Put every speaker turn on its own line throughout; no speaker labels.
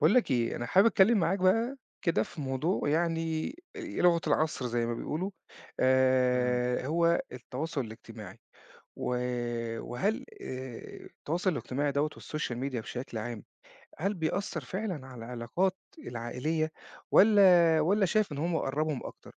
باقول لك إيه، أنا حابب أتكلّم معاك بقى كده في موضوع يعني لغة العصر زي ما بيقولوا،
إمم.
هو التواصل الاجتماعي، و وهل التواصل الاجتماعي دوّة والسوشيال ميديا بشكل عام، هل بيأثّر فعلًا على العلاقات العائلية والّا شايف إن هم قرّبهم أكتر؟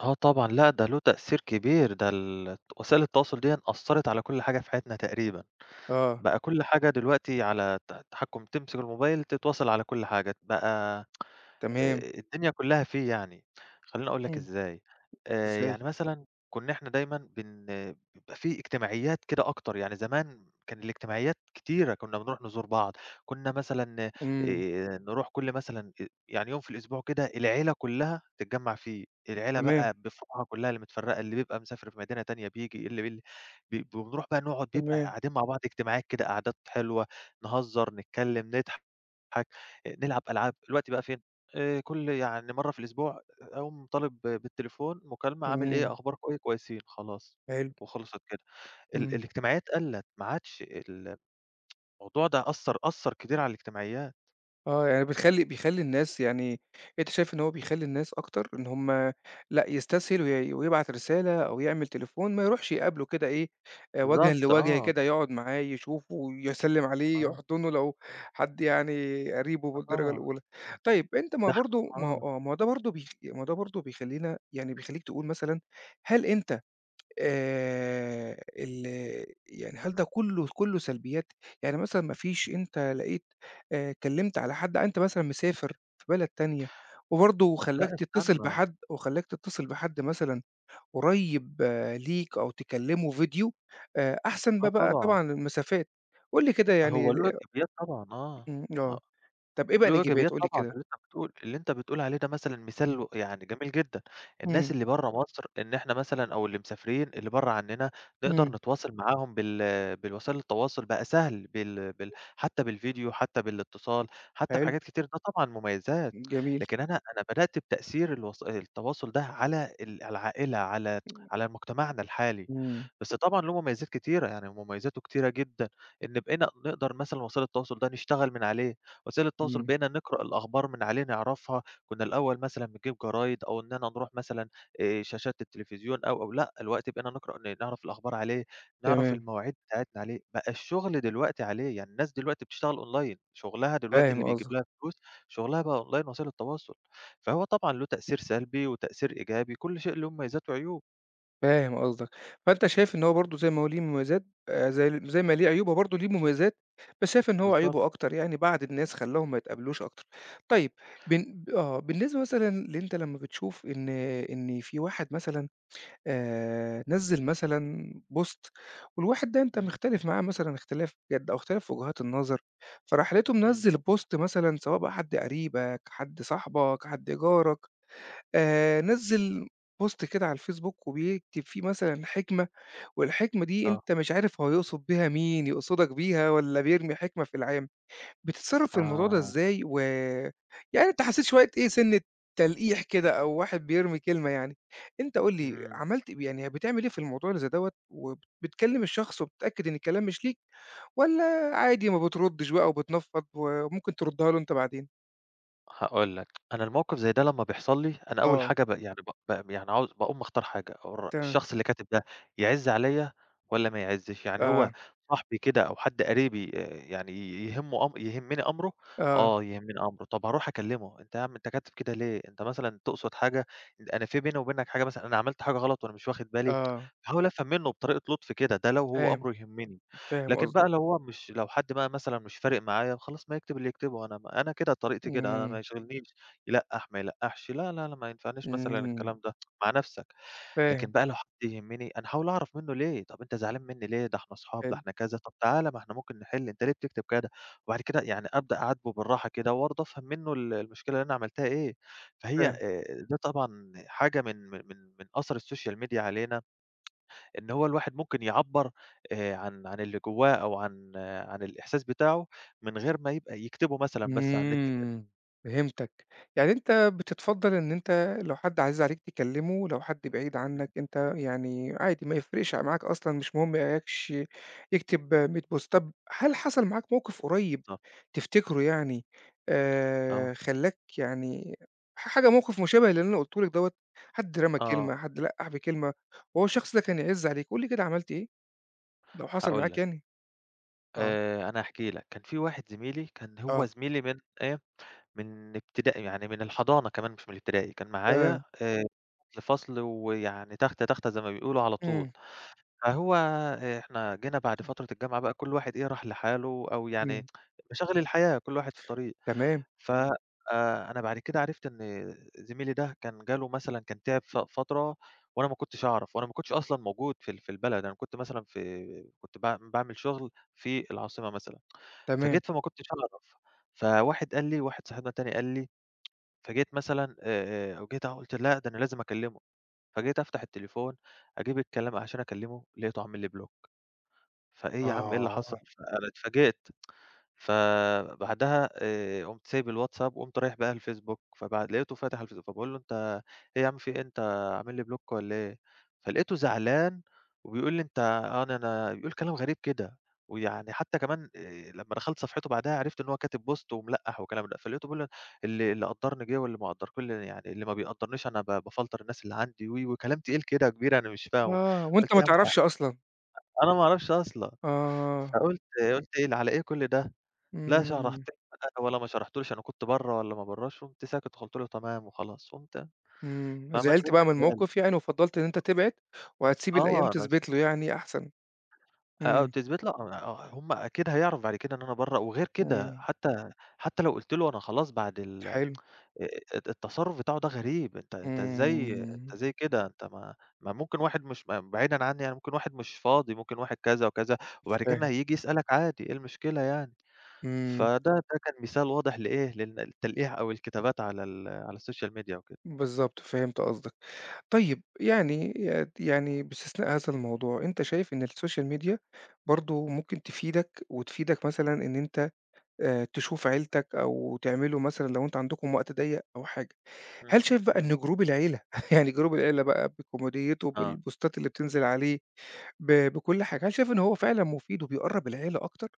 آه طبعًا، لأ ده له تأثير كبير، ده وسائل التواصل ديًا أثّرت على كل حاجة في حياتنا تقريبًا،
آه،
بقى كل حاجة دلوقتي على التحكُّم، تمسك الموبايل تتواصل على كل حاجة، بقى
تمام،
الدنيا كلّها فيه يعني، خلّيني أقول لك
إمم،
إزاي.
إزاي؟
يعني مثلًا كُنّا إحنا دايمًا بيبقى في اجتماعيات كده أكتر، يعني زمان كان الاجتماعيات كتيرة، كُنّا بنروح نزور بعض، كُنّا مثلًا
إمم،
نروح كل مثلًا يعني يوم في الأسبوع كده العيلة كلّها تتجمّع فيه، العيلة
تمام،
بقى بفروعها كلّها اللي متفرّقة، اللي بيبقى مسافر في مدينة تانية بييجي، اللي بال ب بنروح بقى نقعد بيبقى
تمام،
قاعدين مع بعض اجتماعات كده، قعدات حلوة، نهزّر، نتكلّم، نضحك، نلعب ألعاب، دلوقتي بقى فين؟ كل يعني مرّة في الأسبوع أقوم طالب بالتليفون مكالمة، عامل إيه،
إمم،
أخباركم إيه، كويسين، خلاص
حلو،
وخلصت كده.
إمم.
الاجتماعيات قَلّت، ما عادش الموضوع ده أثّر كتير على الاجتماعيات.
آه، يعني بيخلّي الناس يعني أنت شايف إن هو بيخلّي الناس أكتر إن هم لأ يستسهل ويبعت رسالة أو يعمل تليفون، ما يروحش يقابله كده إيه، وجهًا
بالضبط،
لوجه
آه،
كده يقعد معاه يشوفه ويسلِّم عليه،
آه،
يحضنه لو حد يعني قريبه بالدرجة
آه،
الأولى. طيب أنت ما
ده إح
برضه ما هو
آه،
آه، ما هو ده برضه بيخ ما هو ده برضه بيخلّينا يعني بيخلّيك تقول مثلًا هل أنت آآ ال يعني هل ده كُلّه سلبيات؟ يعني مثلًا ما فيش أنت لقيت كلّمت على حد آه، أنت مثلًا مسافر في بلد تانية وبرضه خلّاك
لأ
تتصل
استنى،
بحد مثلًا قريّب آه، ليك أو تكلّمه فيديو أحسن ما
آه
بقى
طبعًا،
طبعًا المسافات. قُل لي كده
هو
يعني
له إيجابيات طبعًا، آه،
إمم،
آه.
آه. طَب إيه بقى
له
الإيجابيات؟
إيجابيات
قُل لي
طبعًا،
كده.
اللي أنت بتقول عليه ده مثلًا مثال
إمم.
و يعني جميل جدًا، الناس
إمم،
اللي برّه مصر إن إحنا مثلًا أو اللي مسافرين اللي برّه عننا نقدر
إمم.
نتواصل معاهم بالوسائل التواصل بقى سهل بال بال حتى بالفيديو، حتى بالاتصال، حتى
حلو،
بحاجات كتير، ده طبعًا مميزات،
جميل.
لكن أنا بدأت بتأثير التواصل ده على العائلة، على مجتمعنا الحالي،
إمم،
بس طبعًا له مميزات كتيرة، يعني مميزاته كتيرة جدًا، إن بقينا نقدر مثلًا وسائل التواصل ده نشتغل من عليه. وسائل التواصل
إمم.
بقينا نقرأ الأخبار من عليه نعرفها، كنا الأول مثلًا بنجيب جرايد أو إننا نروح مثلًا شاشات التلفزيون أو، أو، لأ، الوقت بقينا نقرأ نعرف الأخبار عليه، نعرف
تمام،
المواعيد بتاعتنا عليه، بقى الشغل دلوقتي عليه، يعني الناس دلوقتي بتشتغل أونلاين، شغلها دلوقتي
فاهم
اللي بيجيب
قصدك.
لها فلوس، شغلها بقى أونلاين وسائل التواصل، فهو طبعًا له تأثير سلبي وتأثير إيجابي، كل شيء له مميزات وعيوب.
فاهم قصدك، فأنت شايف إن هو برضه زي ما هو ليه مميزات زي ما ليه عيوب هو برضه ليه مميزات، بس شايف إن هو
بالضبط،
عيوبه أكتر يعني بعَّد الناس خلّاهم ما يتقابلوش أكتر. طيب بن آه، بالنسبة مثلًا اللي أنت لمّا بتشوف إن في واحد مثلًا نزّل مثلًا post والواحد ده أنت
إمم،
مختلف معاه مثلًا اختلاف جَد أو اختلاف في وجهات النظر، فراح لقيته
إمم،
منزّل post مثلًا سواء بقى حد قريبك، حد صاحبك، حد جارك نزّل بوست كده على الفيسبوك وبيكتب فيه مثلًا حكمة، والحكمة دي
آه،
أنت مش عارف هو يقصد بيها مين، يقصدك بيها والّا بيرمي حكمة في العام. بتتصرّف في الموضوع ده
آه،
إزاي؟ و يعني أنت حسّيت شوية إيه سِنّة تلقيح كده أو واحد بيرمي كلمة يعني. أنت قُل لي
إمم.
عملت يعني بتعمل إيه في الموضوع اللي زي دوّة، وبتكلم الشخص وبتتأكد إن الكلام مش ليك، والّا عادي ما بتردّش بقى وبتنفّض وممكن تردّها له أنت بعدين؟
هاقول لك، أنا الموقف زي ده لمّا بيحصل لي، أنا أول
آه،
حاجة يعني ب ب يعني عاوز باقوم مختار حاجة،
تمام.
الشخص اللي كاتب ده يعِز عليّا والّا ما يعِزّش، يعني هو
آه،
صاحبي كده أو حد قريبي، يعني يهمه أم يهمني أمره،
آه،
آه يهمني أمره، طب هاروح أكلمه، أنت يا عم أنت كاتب كده ليه؟ أنت مثلًا تقصد حاجة؟ أنا في بيني وبينك حاجة مثلًا؟ أنا عملت حاجة غلط وأنا مش واخد بالي؟
آه،
باحاول أفهم منه بطريقة لطف كده، ده لو هو
فاهم،
أمره يهمني.
فاهم
لكن
قصدك.
بقى لو حد بقى مثلًا مش فارق معايا، خلاص ما يكتب اللي يكتبه، أنا ما أنا كده، طريقتي كده، أنا ما
إمم،
يشغلنيش، يلقّح ما يلقّحش، لا، لا، لا، ما ينفعنيش مثلًا
إمم،
الكلام ده، مع نَفْسك. لكن
فاهم،
بقى لو حد يهمني، أنا هاحاول أعرف منّه ليه، طَب أنت زعلان منّي ليه؟ ده إحنا أصحاب، ده
فاهم،
إحنا كذا، طَب تعالَ ما إحنا ممكن نحِل، أنت ليه بتكتب كده؟ وبعد كده يعني أبدأ أعاتبه بالراحة كده وبرضه أفهم منّه المشكلة اللي أنا عملتها إيه. فهي
فاهم،
ده طبعًا حاجة من أثر السوشيال ميديا علينا، إن هو الواحد ممكن يعبّر عن اللي جوّاه أو عن عن الإحساس بتاعه من غير ما يبقى يكتبه مثلًا بس على النت كده.
إمم، فهمتك، يعني أنت بتتفضّل إن أنت لو حد عزيز عليك تكلّمه، لو حد بعيد
إمم،
عنك أنت يعني عادي ما يفرقش معاك أصلًا مش مهم ما يلاقيكش يكتب 100 بوست، طب هل حصل معاك موقف قريب
بالضبط.
تفتكره يعني
آه،
خلّاك يعني حاجة موقف مشابه للي أنا قُلته لك دوّة، حد رمى
آه،
كلمة، حد لقّح بكلمة وهو الشخص ده كان يعِز عليك، قُل لي كده عملت إيه لو حصل
هاقول
معاك
لك،
يعني؟ آه،
أنا هاحكي لك، كان في واحد زميلي، كان هو
آه.
زميلي من إيه، من ابتدائي، يعني من الحضانة كمان مش من الابتدائي، كان
آه،
معايا فصل، فصل، ويعني تختة، تختة زي ما بيقولوا على طول.
إمم،
فهو آه، إحنا جينا بعد
إمم،
فترة الجامعة بقى كل واحد إيه راح لحاله، أو يعني
إمم،
مشاغل الحياة، كل واحد في طريق.
تمام،
ف أنا بعد كده عرفت إن زميلي ده كان جاله مثلًا، كان تعب فترة، وأنا ما كنتش أعرف، وأنا ما كنتش أصلًا موجود في البلد، أنا كنت مثلًا كنت باعمل شغل في العاصمة مثلًا،
تمام.
فجيت، فما كنتش أعرف، فواحد قال لي، واحد صاحبنا التاني قال لي، فجيت مثلًا جيت أهو، قُلت لأ ده أنا لازم أكلمه، فجيت أفتح التليفون أجيب الكلام عشان أكلمه، لقيته عامل لي بلوك، فإيه يا عم، إيه اللي
آه،
حصل؟ فأنا اتفاجئت. فبعدها قُمت سايب الواتساب وقُمت رايح بقى الفيسبوك، فبعد لقيته فاتح الفيسبوك فباقول له: "أنت إيه يا عم، في إيه؟ أنت عامل لي بلوك والّا إيه؟" فلقيته زعلان وبيقول لي: "أنت آه، أنا أنا" بيقول كلام غريب كده، ويعني حتى كمان لمّا دخلت صفحته بعدها عرفت إن هو كاتب بوست وملقّح وكلام ده، فلقيته بيقول لي: "اللي اللي قدّرني جِه واللي ما قدّر، كل يعني اللي ما بيقدّرنيش أنا ب بافلتر الناس اللي عندي" و، و، كلام تقيل كده كبير، أنا مش فاهمه،
آه، وأنت
قُلت
ما
يا عم
تعرفش أصلًا،
أنا ما أعرفش أصلًا،
آه،
فقُلت قُلت إيه على إيه كل ده؟ لا شرحت
إمم،
لي بقى ولا ما شرحتلوش، أنا كنت برّه والّا ما برّاش، قُمت ساكت وقُلت له تمام وخلاص، قُمت
إمم،
ما
زعلت
شغلتش
بقى من
بالي.
الموقف يعني وفضّلت إن أنت تبعد، وهتسيب الأيام
آه، أنا س
تثبت له يعني أحسن،
آه،
إمم،
وتثبيت، لأ آه، هم أكيد هيعرفوا بعد كده إن أنا برّه، وغير كده،
إمم،
حتى لو قُلت له أنا خلاص بعد ال
حلو،
الت التصرُّف بتاعه ده غريب، أنت إزاي أنت
إمم،
إزاي كده، أنت ما ممكن واحد مش ما بعيدًا عني، يعني ممكن واحد مش فاضي، ممكن واحد كذا وكذا، وبعد كده
فاهم،
هييجي يسألك عادي، إيه المشكلة يعني؟
إمم،
فده كان مثال واضح لإيه، للتلقيح أو الكتابات على السوشيال ميديا وكده.
بالضبط، فهمت قصدك. طيب يعني يعني باستثناء هذا الموضوع، أنت شايف إن السوشيال ميديا برضه ممكن تفيدك وتفيدك مثلًا إن أنت تشوف عيلتك أو تعملوا مثلًا لو أنتم عندكم وقت ضيّق أو حاجة.
إمم،
هل شايف بقى
إمم،
إن جروب العيلة يعني جروب العيلة بقى بكوميديته،
آه،
بالبوستات اللي بتنزل عليه، بكل حاجة، هل شايف إن هو فعلًا مفيد وبيقرّب العيلة أكتر؟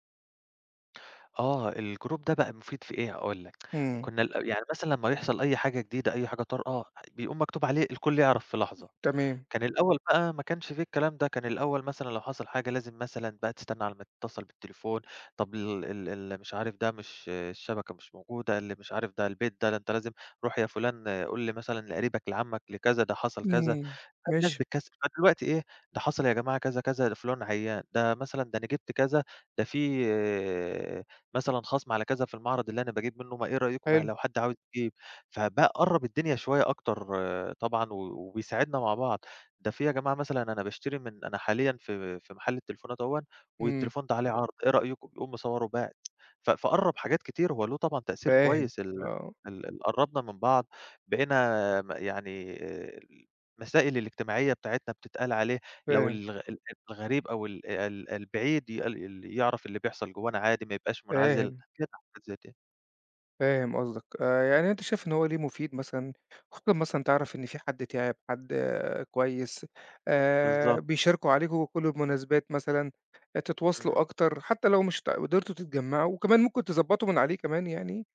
آه الgroup ده بقى مفيد في إيه، هاقول لك،
إمم،
كنا يعني مثلًا لمّا يحصل أي حاجة جديدة، أي حاجة طارئة، بيقوم مكتوب عليه الكل يعرف في لحظة،
تمام،
كان الأول بقى ما كانش في الكلام ده، كان الأول مثلًا لو حصل حاجة لازم مثلًا بقى تستنى على ما تتصل بالتليفون، طب ال ال اللي مش عارف ده، مش الشبكة مش موجودة، اللي مش عارف ده البيت ده، ده أنت لازم روح يا فلان قُل مثلًا لقريبك لعمك لكذا ده حصل كذا.
إمم،
فالناس
ماشي،
بتكسّل، فدلوقتي إيه، ده حصل يا جماعة كذا، كذا، ده فُلان عيّان، ده مثلًا ده أنا جِبت كذا، ده في مثلًا خَصم على كذا في المعرض اللي أنا باجيب منّه، ما إيه رأيكم ما
حلو،
لو حد عاوز يجيب، فبقى قرّب الدنيا شوية أكتر، آه طبعًا، و وبيساعدنا مع بعض، ده في يا جماعة مثلًا أنا باشتري من، أنا حاليًا في محل التليفونات أهوًا
إمم،
والتليفون ده عليه عرض، إيه رأيكم؟ يقوم مصوّره وباعت، فقرّب حاجات كتير، هو له طبعًا تأثير
فاهم،
كويس، ال
آه،
ال ال قرّبنا من بعض، بقينا يعني المسائل الاجتماعية بتاعتنا بتتقال عليه، لو
فاهم،
الغريب أو ال ال البعيد ي ال يعرف اللي بيحصل جوانا عادي، ما يبقاش منعزل
فاهم.
كده حاجات زي دي.
فاهم قصدك، يعني أنت شايف إن هو ليه مفيد مثلًا، خصوصًا مثلًا تعرف إن في حد تِعِب، حد آه، كويس،
بالضبط،
بيشاركوا عليكم كل المناسبات مثلًا، آه، تتواصلوا
إمم،
أكتر، حتى لو مش قدرتوا تتجمعوا، وكمان ممكن تضبطوا من عليه كمان يعني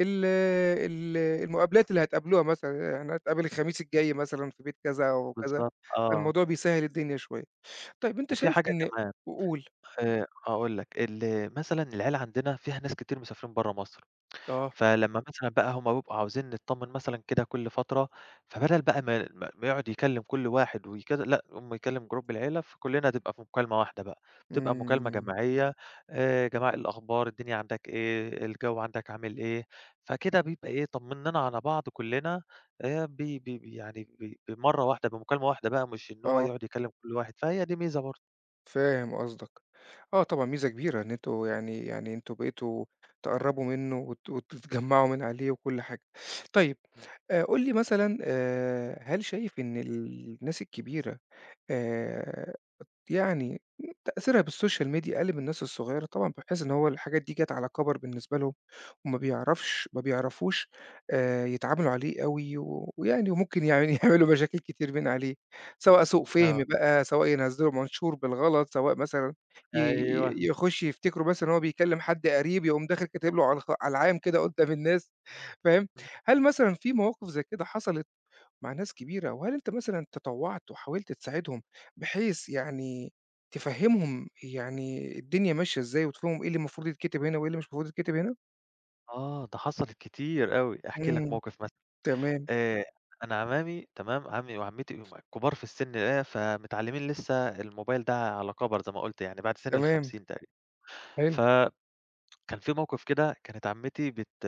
ال المقابلات اللي هتقابلوها مثلًا، إحنا هنتقابل الخميس الجاي مثلًا في بيت كذا أو كذا،
بالضبط آه.
فالموضوع بيسهّل الدنيا شوية. طيب أنت
وفي
شايف
حاجة
إن
كمان،
قُل،
هاقول لك، مثلًا العيلة عندنا فيها ناس كتير مسافرين برّه مصر.
آه،
فلمّا مثلًا بقى هُم بيبقوا عاوزين نتطمن مثلًا كده كل فترة، فبدل بقى ما يقعد يكلم كل واحد ويكذا، لأ، يقوم يكلم جروب العيلة، فكلنا تبقى في مكالمة واحدة بقى، بتبقى مكالمة
إمم،
جماعية، يا جماعة إيه الأخبار، الدنيا عندك إيه، الجو عندك عامل إيه، فكده بيبقى إيه طمنّانا على بعض كلنا، بي بي بي يعني بمرّة واحدة بمكالمة واحدة بقى، مش إن هو
آه.
يقعد يكلم كل واحد، فهي دي ميزة برضه.
فاهم قصدك. آه طبعًا ميزة كبيرة إن أنتم يعني أنتم بقيتوا تقرّبوا منه وتتجمّعوا من عليه وكل حاجة. طيب
إمم،
قُل لي مثلًا هل شايف إن الناس الكبيرة آآ يعني تأثيرها بالسوشيال ميديا قَلِّ من الناس الصغيّرة طبعًا، بحيث إن هو الحاجات دي جات على كَبَر بالنسبة لهم، وما بيعرفش ما بيعرفوش يتعاملوا عليه أوي، ويعني وممكن يعني يعملوا مشاكل كتير من عليه، سواء سوء
آه،
فِهم بقى، سواء ينزّلوا منشور بالغلط، سواء مثلًا ي
أيوه،
ي يخش يفتكروا مثلًا إن هو بيكلّم حد قريب، يقوم داخل كاتب له على العام كده قدّام الناس، فاهم؟
إمم،
هل مثلًا في مواقف زي كده حصلت؟ مع ناس كبيرة، وهل أنت مثلًا تطوّعت وحاولت تساعدهم بحيث يعني تفهّمهم يعني الدنيا ماشية إزاي، وتفهمهم إيه اللي المفروض يتكتب هنا، وإيه اللي مش المفروض يتكتب هنا؟
آه، ده حصلت كتير أوي، احكِ لك
إمم،
موقف مثلًا.
تمام،
آآ، أنا عمامي تمام، عمي وعمتي هُم كبار في السن، آه، فمتعلمين لسه الموبايل ده على كبر زي ما قُلت، يعني بعد سن
تمام،
ال50 تقريبًا،
حلو،
فكان في موقف كده، كانت عمتي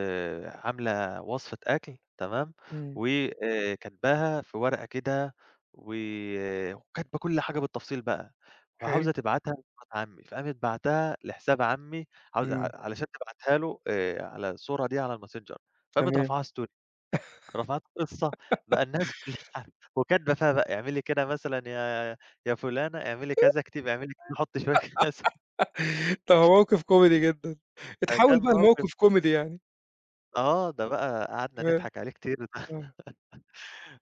عاملة وصفة أكل تمام،
إمم،
كاتباها في ورقة كده، و وكاتبة كل حاجة بالتفصيل بقى،
حلو،
وعاوزة تبعتها لمرات عمي، فقامت باعتاها لحساب عمي عاو ع
إمم،
علشان تبعتها له، على الصورة دي على الMessenger، فقامت
تمام.
رافعاها story، رفعت قصة، بقى الناس كلها وكاتبة فيها بقى اعملي كده مثلًا، يا يا فلانة اعملي كذا، اكتبي اعملي كذا، حطّي شوية كذا،
طَب هو موقف كوميدي جدًا، اتحول
فكان
بقى
موقف
لموقف كوميدي يعني،
ده بقى قعدنا
تمام،
نضحك عليه كتير ده
آه،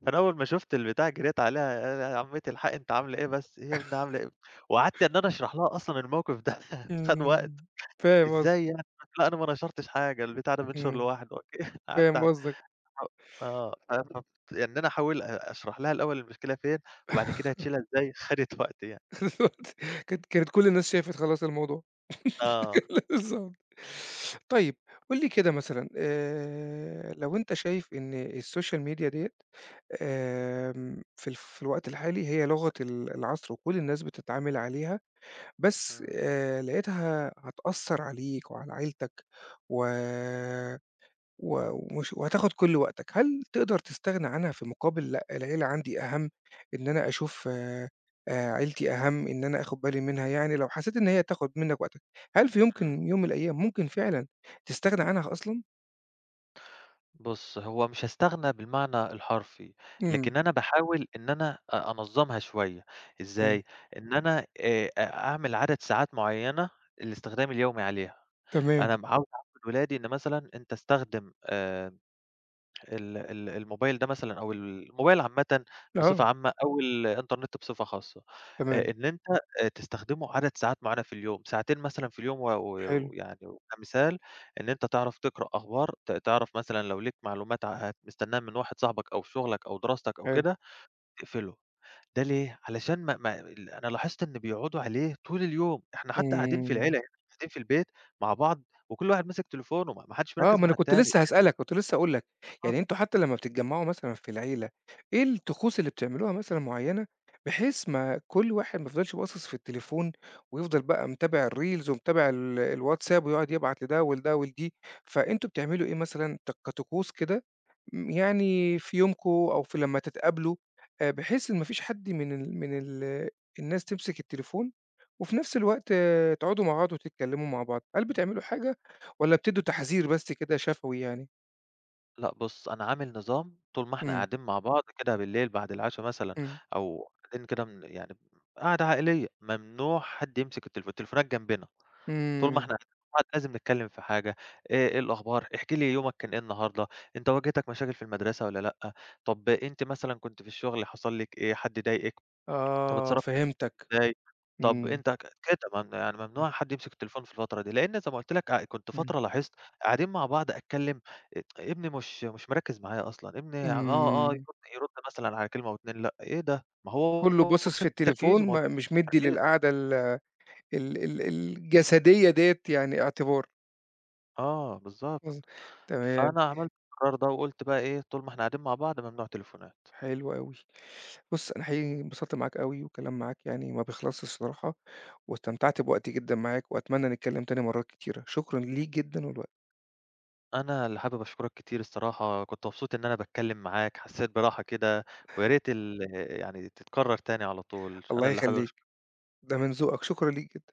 فأنا أول ما شُفت البتاع جريت عليها، يا يا عمتي الحقي أنتِ عاملة إيه بس، إيه يا ابني عاملة إيه، وقعدت إن أنا أشرح لها أصلًا الموقف ده خَد وقت،
إمم، فاهم قصدك،
إزاي يعني، لأ أنا ما نشرتش حاجة، البتاع ده بينشر
إمم،
لوحده، اوكي. قعدت
فاهم قصدك
آه، إن أنا أحاول أشرح لها الأول المشكلة فين، وبعد كده هتشيلها إزاي، خدت وقت يعني.
كانت كل الناس شافت خلاص الموضوع.
آه،
بالضبط. طيب قُل لي كده مثلًا لو أنت شايف إن الSocial media ديّة في الوقت الحالي هي لغة العصر وكل الناس بتتعامل عليها، بس
إمم،
لقيتها هتأثّر عليك وعلى عيلتك و و ومش وهتاخد كل وقتك، هل تقدر تستغنى عنها في مقابل لأ، العيلة عندي أهم، إن أنا أشوف عيلتي أهم، إن أنا آخُد بالي منها، يعني لو حسيت إن هي هتاخد منّك وقتك، هل في
إمم.
يمكن يوم من الأيام ممكن فعلًا تستغنى عنها أصلًا؟
بُص، هو مش هاستغنى بالمعنى الحرفي،
إمم،
لكن أنا باحاول إن أنا أنظّمها شوية،
إمم،
إزاي؟ إن أنا أ أعمل عدد ساعات معيّنة الاستخدام اليومي عليها،
تمام،
أنا عاوز أعوِّد ولادي إن مثلًا أنت استخدم ال ال الموبايل ده مثلًا، أو الموبايل عامةً بصفة
آه،
عامة، أو الإنترنت بصفة خاصة،
تمام،
إن أنت تستخدمه عدد ساعات معينة في اليوم، ساعتين مثلًا في اليوم، و و
حلو،
ويعني كمثال إن أنت تعرف تقرأ أخبار، تعرف مثلًا لو ليك معلومات ع هت مستناها من واحد صاحبك أو في شغلك أو دراستك أو
حلو،
كده، تقفله. ده ليه؟ علشان ما ما ال أنا لاحظت إن بيقعدوا عليه طول اليوم، إحنا حتى قاعدين في
إمم.
العيلة، يعني قاعدين في البيت مع بعض وكل واحد ماسك تليفونه، ما حدش
آه،
مركّز
ما
مع
أنا كنت
التاني.
لسه هاسألك، كنت لسه هاقول لك، يعني أنتم حتى لمّا بتتجمّعوا مثلًا في العيلة، إيه الطقوس اللي بتعملوها مثلًا معيّنة، بحيث ما كل واحد ما يفضلش باصص في التليفون، ويفضل بقى متابع الreels ومتابع الواتساب ويقعد يبعت لده ولده ولدي، فأنتم بتعملوا إيه مثلًا كطقوس كده يعني في يومكم أو في لمّا تتقابلوا، بحيث إن ما فيش حد من الناس تمسك التليفون، وفي نفس الوقت آه، تقعدوا مع بعض وتتكلموا مع بعض، هل بتعملوا حاجة والّا بتدّوا تحذير بس كده شفوي يعني؟
لأ بُص، أنا عامل نظام، طول ما إحنا
إمم،
قاعدين مع بعض كده بالليل بعد العشا مثلًا،
إمم،
أو قاعدين كده من يعني قعدة عائلية، ممنوع حد يمسك التليفون، التليفونات جنبنا، طول ما إحنا
إمم،
قاعدين مع بعض لازم نتكلم في حاجة، إيه الأخبار، احكِ لي يومك كان إيه النهارده، أنت واجهتك مشاكل في المدرسة والّا لأ، طب أنتِ مثلًا كنتِ في الشغل، حصل لِك إيه، حد ضايقِك، طب
آه
اتصرّ
فهمتك،
إزاي، طب
إمم،
أنت ك كده يعني
إمم،
ممنوع حد يمسك التليفون في الفترة دي، لإن زي ما قُلت لك كنت
إمم،
فترة لاحظت قاعدين مع بعض أتكلم، ابني مش مركّز معايا أصلًا، ابني يرد
إمم،
يرد مثلًا على كلمة و2، لأ، إيه ده! ما هو
كلّه باصص في
واخد تركيزه،
التليفون
ما هو
ما مش مدّي
تركيز،
للقعدة ال الجسدية ديّة يعني اعتبار،
آه بالضبط،
إمم، تمام.
فأنا عملت القرار ده وقُلت بقى إيه، طول ما إحنا قاعدين مع بعض ممنوع تليفونات.
حلو أوي. بُص، أنا حقيقي انبسطت معاك أوي والكلام معاك يعني ما بيخلصش الصراحة، واستمتعت بوقتي جدًا معاك وأتمنى نتكلم تاني مرات كتيرة. شكرًا ليك جدًا ولوقتك.
أنا اللي حابب أشكرك كتير الصراحة، كنت مبسوط إن أنا باتكلم معاك، حسيت براحة كده، ويا ريت يعني تتكرر تاني على طول، أنا
الله
اللي حابب
يخليك،
أشك
ده من ذوقك، شكرًا ليك جدًا.